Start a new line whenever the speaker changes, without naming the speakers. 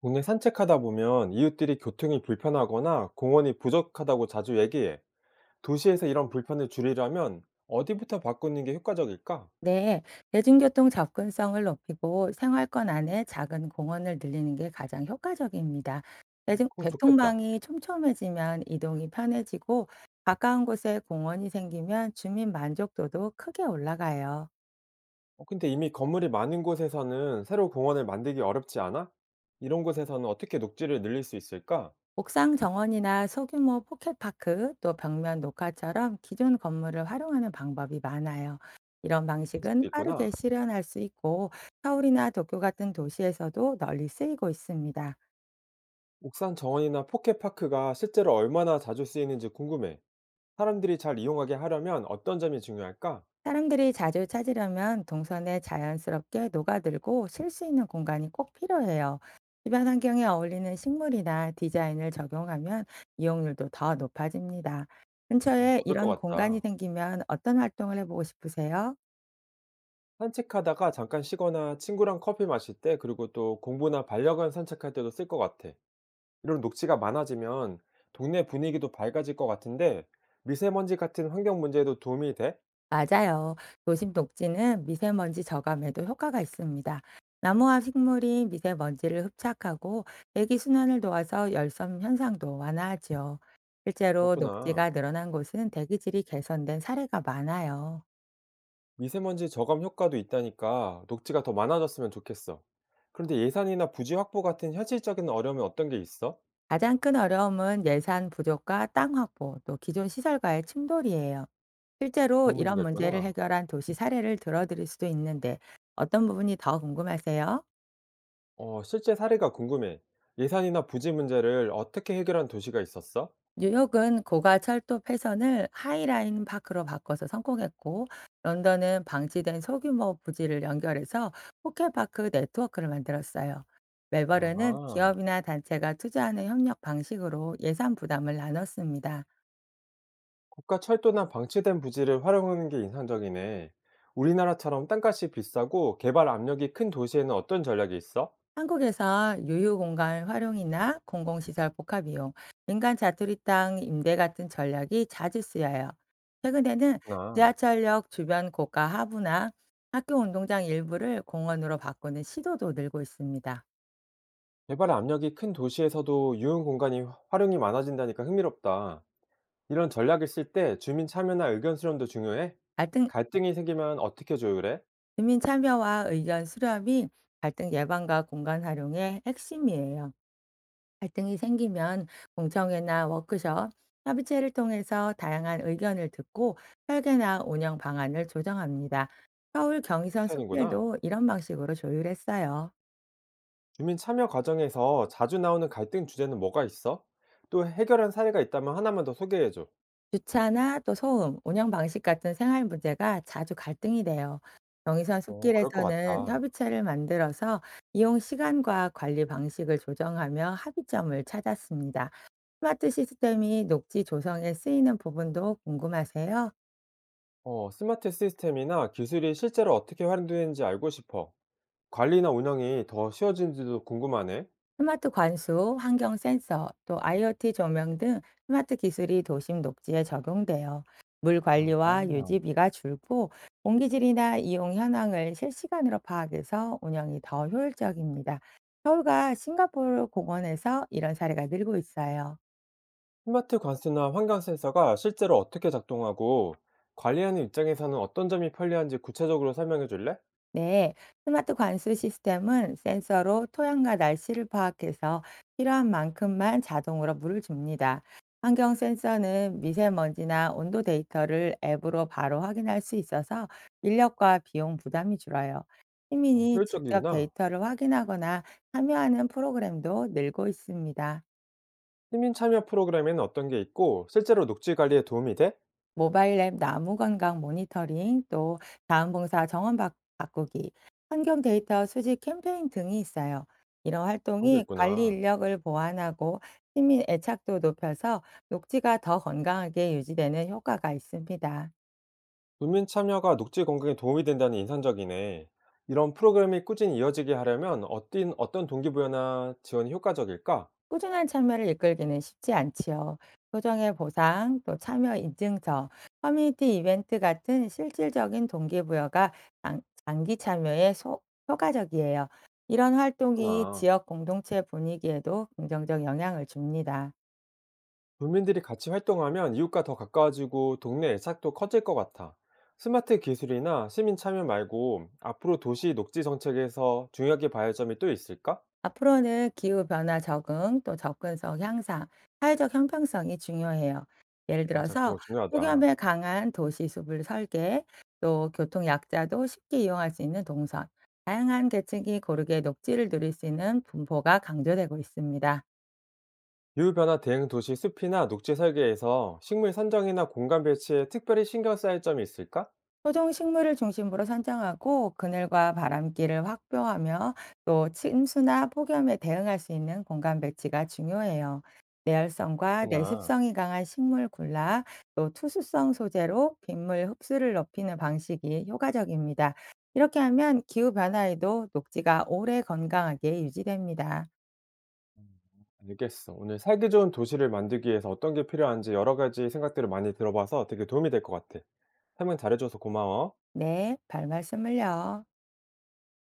국내 산책하다 보면 이웃들이 교통이 불편하거나 공원이 부족하다고 자주 얘기해. 도시에서 이런 불편을 줄이려면 어디부터 바꾸는 게 효과적일까?
네, 대중교통 접근성을 높이고 생활권 안에 작은 공원을 늘리는 게 가장 효과적입니다.
어,
대중,
그거 좋겠다.
교통망이 촘촘해지면 이동이 편해지고 가까운 곳에 공원이 생기면 주민 만족도도 크게 올라가요.
어, 근데 이미 건물이 많은 곳에서는 새로 공원을 만들기 어렵지 않아? 이런 곳에서는 어떻게 녹지를 늘릴 수 있을까?
옥상 정원이나 소규모 포켓파크 또 벽면 녹화처럼 기존 건물을 활용하는 방법이 많아요. 이런
그럴
방식은
수도 있구나.
빠르게 실현할 수 있고 서울이나 도쿄 같은 도시에서도 널리 쓰이고 있습니다.
옥산 정원이나 포켓파크가 실제로 얼마나 자주 쓰이는지 궁금해. 사람들이 잘 이용하게 하려면 어떤 점이 중요할까?
사람들이 자주 찾으려면 동선에 자연스럽게 녹아들고 쉴 수 있는 공간이 꼭 필요해요. 주변 환경에 어울리는 식물이나 디자인을 적용하면 이용률도 더 높아집니다.
어,
근처에
그럴 것
이런 공간이
같다.
생기면 어떤 활동을 해보고 싶으세요?
산책하다가 잠깐 쉬거나 친구랑 커피 마실 때, 그리고 또 공부나 반려견 산책할 때도 쓸 것 같아. 이런 녹지가 많아지면 동네 분위기도 밝아질 것 같은데, 미세먼지 같은 환경 문제에도 도움이 돼?
맞아요. 도심 녹지는 미세먼지 저감에도 효과가 있습니다. 나무와 식물이 미세먼지를 흡착하고 대기 순환을 도와서 열섬 현상도 완화하죠. 실제로
그렇구나.
녹지가 늘어난 곳은 대기질이 개선된 사례가 많아요.
미세먼지 저감 효과도 있다니까 녹지가 더 많아졌으면 좋겠어. 그런데 예산이나 부지 확보 같은 현실적인 어려움이 어떤 게 있어?
가장 큰 어려움은 예산 부족과 땅 확보, 또 기존 시설과의 충돌이에요. 실제로
그런
이런
문제가
문제를
있구나.
해결한 도시 사례를 들어드릴 수도 있는데 어떤 부분이 더 궁금하세요?
어, 실제 사례가 궁금해. 예산이나 부지 문제를 어떻게 해결한 도시가 있었어?
뉴욕은 고가 철도 폐선을 하이라인 파크로 바꿔서 성공했고, 런던은 방치된 소규모 부지를 연결해서 호켓파크 네트워크를 만들었어요. 멜버른은
아.
기업이나 단체가 투자하는 협력 방식으로 예산 부담을 나눴습니다.
국가 철도나 방치된 부지를 활용하는 게 인상적이네. 우리나라처럼 땅값이 비싸고 개발 압력이 큰 도시에는 어떤 전략이 있어?
한국에서 유휴공간 활용이나 공공시설 복합이용, 민간 자투리 땅 임대 같은 전략이 자주 쓰여요. 최근에는
나.
지하철역 주변 고가 하부나 학교 운동장 일부를 공원으로 바꾸는 시도도 늘고 있습니다.
개발 압력이 큰 도시에서도 유흥 공간이 활용이 많아진다니까 흥미롭다. 이런 전략을 쓸 때 주민 참여나 의견 수렴도 중요해?
갈등,
갈등이 생기면 어떻게 조율해?
주민 참여와 의견 수렴이 갈등 예방과 공간 활용의 핵심이에요. 갈등이 생기면 공청회나 워크숍, 협의체를 통해서 다양한 의견을 듣고 설계나 운영 방안을 조정합니다. 서울 경의선
그렇게 하는구나.
숲길도 이런 방식으로 조율했어요.
주민 참여 과정에서 자주 나오는 갈등 주제는 뭐가 있어? 또 해결한 사례가 있다면 하나만 더 소개해줘.
주차나 또 소음, 운영 방식 같은 생활 문제가 자주 갈등이 돼요. 경의선
어, 그럴 것
숲길에서는
같다.
협의체를 만들어서 이용 시간과 관리 방식을 조정하며 합의점을 찾았습니다. 스마트 시스템이 녹지 조성에 쓰이는 부분도 궁금하세요?
어, 스마트 시스템이나 기술이 실제로 어떻게 활용되는지 알고 싶어. 관리나 운영이 더 쉬워진지도 궁금하네.
스마트 관수, 환경 센서, 또 IoT 조명 등 스마트 기술이 도심 녹지에 적용돼요. 물
아,
관리와 유지비가 줄고 공기질이나 이용 현황을 실시간으로 파악해서 운영이 더 효율적입니다. 서울과 싱가포르 공원에서 이런 사례가 늘고 있어요.
스마트 관수나 환경 센서가 실제로 어떻게 작동하고 관리하는 입장에서는 어떤 점이 편리한지 구체적으로 설명해 줄래?
네, 스마트 관수 시스템은 센서로 토양과 날씨를 파악해서 필요한 만큼만 자동으로 물을 줍니다. 환경 센서는 미세먼지나 온도 데이터를 앱으로 바로 확인할 수 있어서 인력과 비용 부담이 줄어요.
어,
시민이 직접
효율적이구나.
데이터를 확인하거나 참여하는 프로그램도 늘고 있습니다.
시민 참여 프로그램에는 어떤 게 있고 실제로 녹지 관리에 도움이 돼?
모바일 앱 나무 건강 모니터링, 또 자원봉사 정원 바꾸기, 환경 데이터 수집 캠페인 등이 있어요. 이런
그런 게
활동이 관리
있구나.
인력을 보완하고 시민 애착도 높여서 녹지가 더 건강하게 유지되는 효과가 있습니다.
국민 참여가 녹지 건강에 도움이 된다는 인상적이네. 이런 프로그램이 꾸준히 이어지게 하려면 어떤 동기부여나 지원이 효과적일까?
꾸준한 참여를 이끌기는 쉽지 않지요. 소정의 보상, 또 참여 인증서, 커뮤니티 이벤트 같은 실질적인 동기부여가 장기 참여에 효과적이에요. 이런 활동이
그렇구나.
지역 공동체 분위기에도 긍정적 영향을 줍니다.
국민들이 같이 활동하면 이웃과 더 가까워지고 동네 애착도 커질 것 같아. 스마트 기술이나 시민 참여 말고 앞으로 도시 녹지 정책에서 중요하게 봐야 할 점이 또 있을까?
앞으로는 기후 변화 적응, 또 접근성 향상, 사회적 형평성이 중요해요. 예를
맞아, 그런
들어서
거 중요하다.
폭염에 강한 도시 숲을 설계, 또 교통 약자도 쉽게 이용할 수 있는 동선, 다양한 계층이 고르게 녹지를 누릴 수 있는 분포가 강조되고 있습니다.
기후변화 대응 도시 숲이나 녹지 설계에서 식물 선정이나 공간 배치에 특별히 신경 써야 할 점이 있을까?
토종 식물을 중심으로 선정하고 그늘과 바람길을 확보하며 또 침수나 폭염에 대응할 수 있는 공간 배치가 중요해요. 내열성과
그렇구나.
내습성이 강한 식물 군락, 또 투수성 소재로 빗물 흡수를 높이는 방식이 효과적입니다. 이렇게 하면 기후 변화에도 녹지가 오래 건강하게 유지됩니다.
음, 알겠어. 오늘 살기 좋은 도시를 만들기 위해서 어떤 게 필요한지 여러 가지 생각들을 많이 들어봐서 되게 도움이 될 것 같아. 설명 잘해줘서 고마워.
네, 발 말씀을요.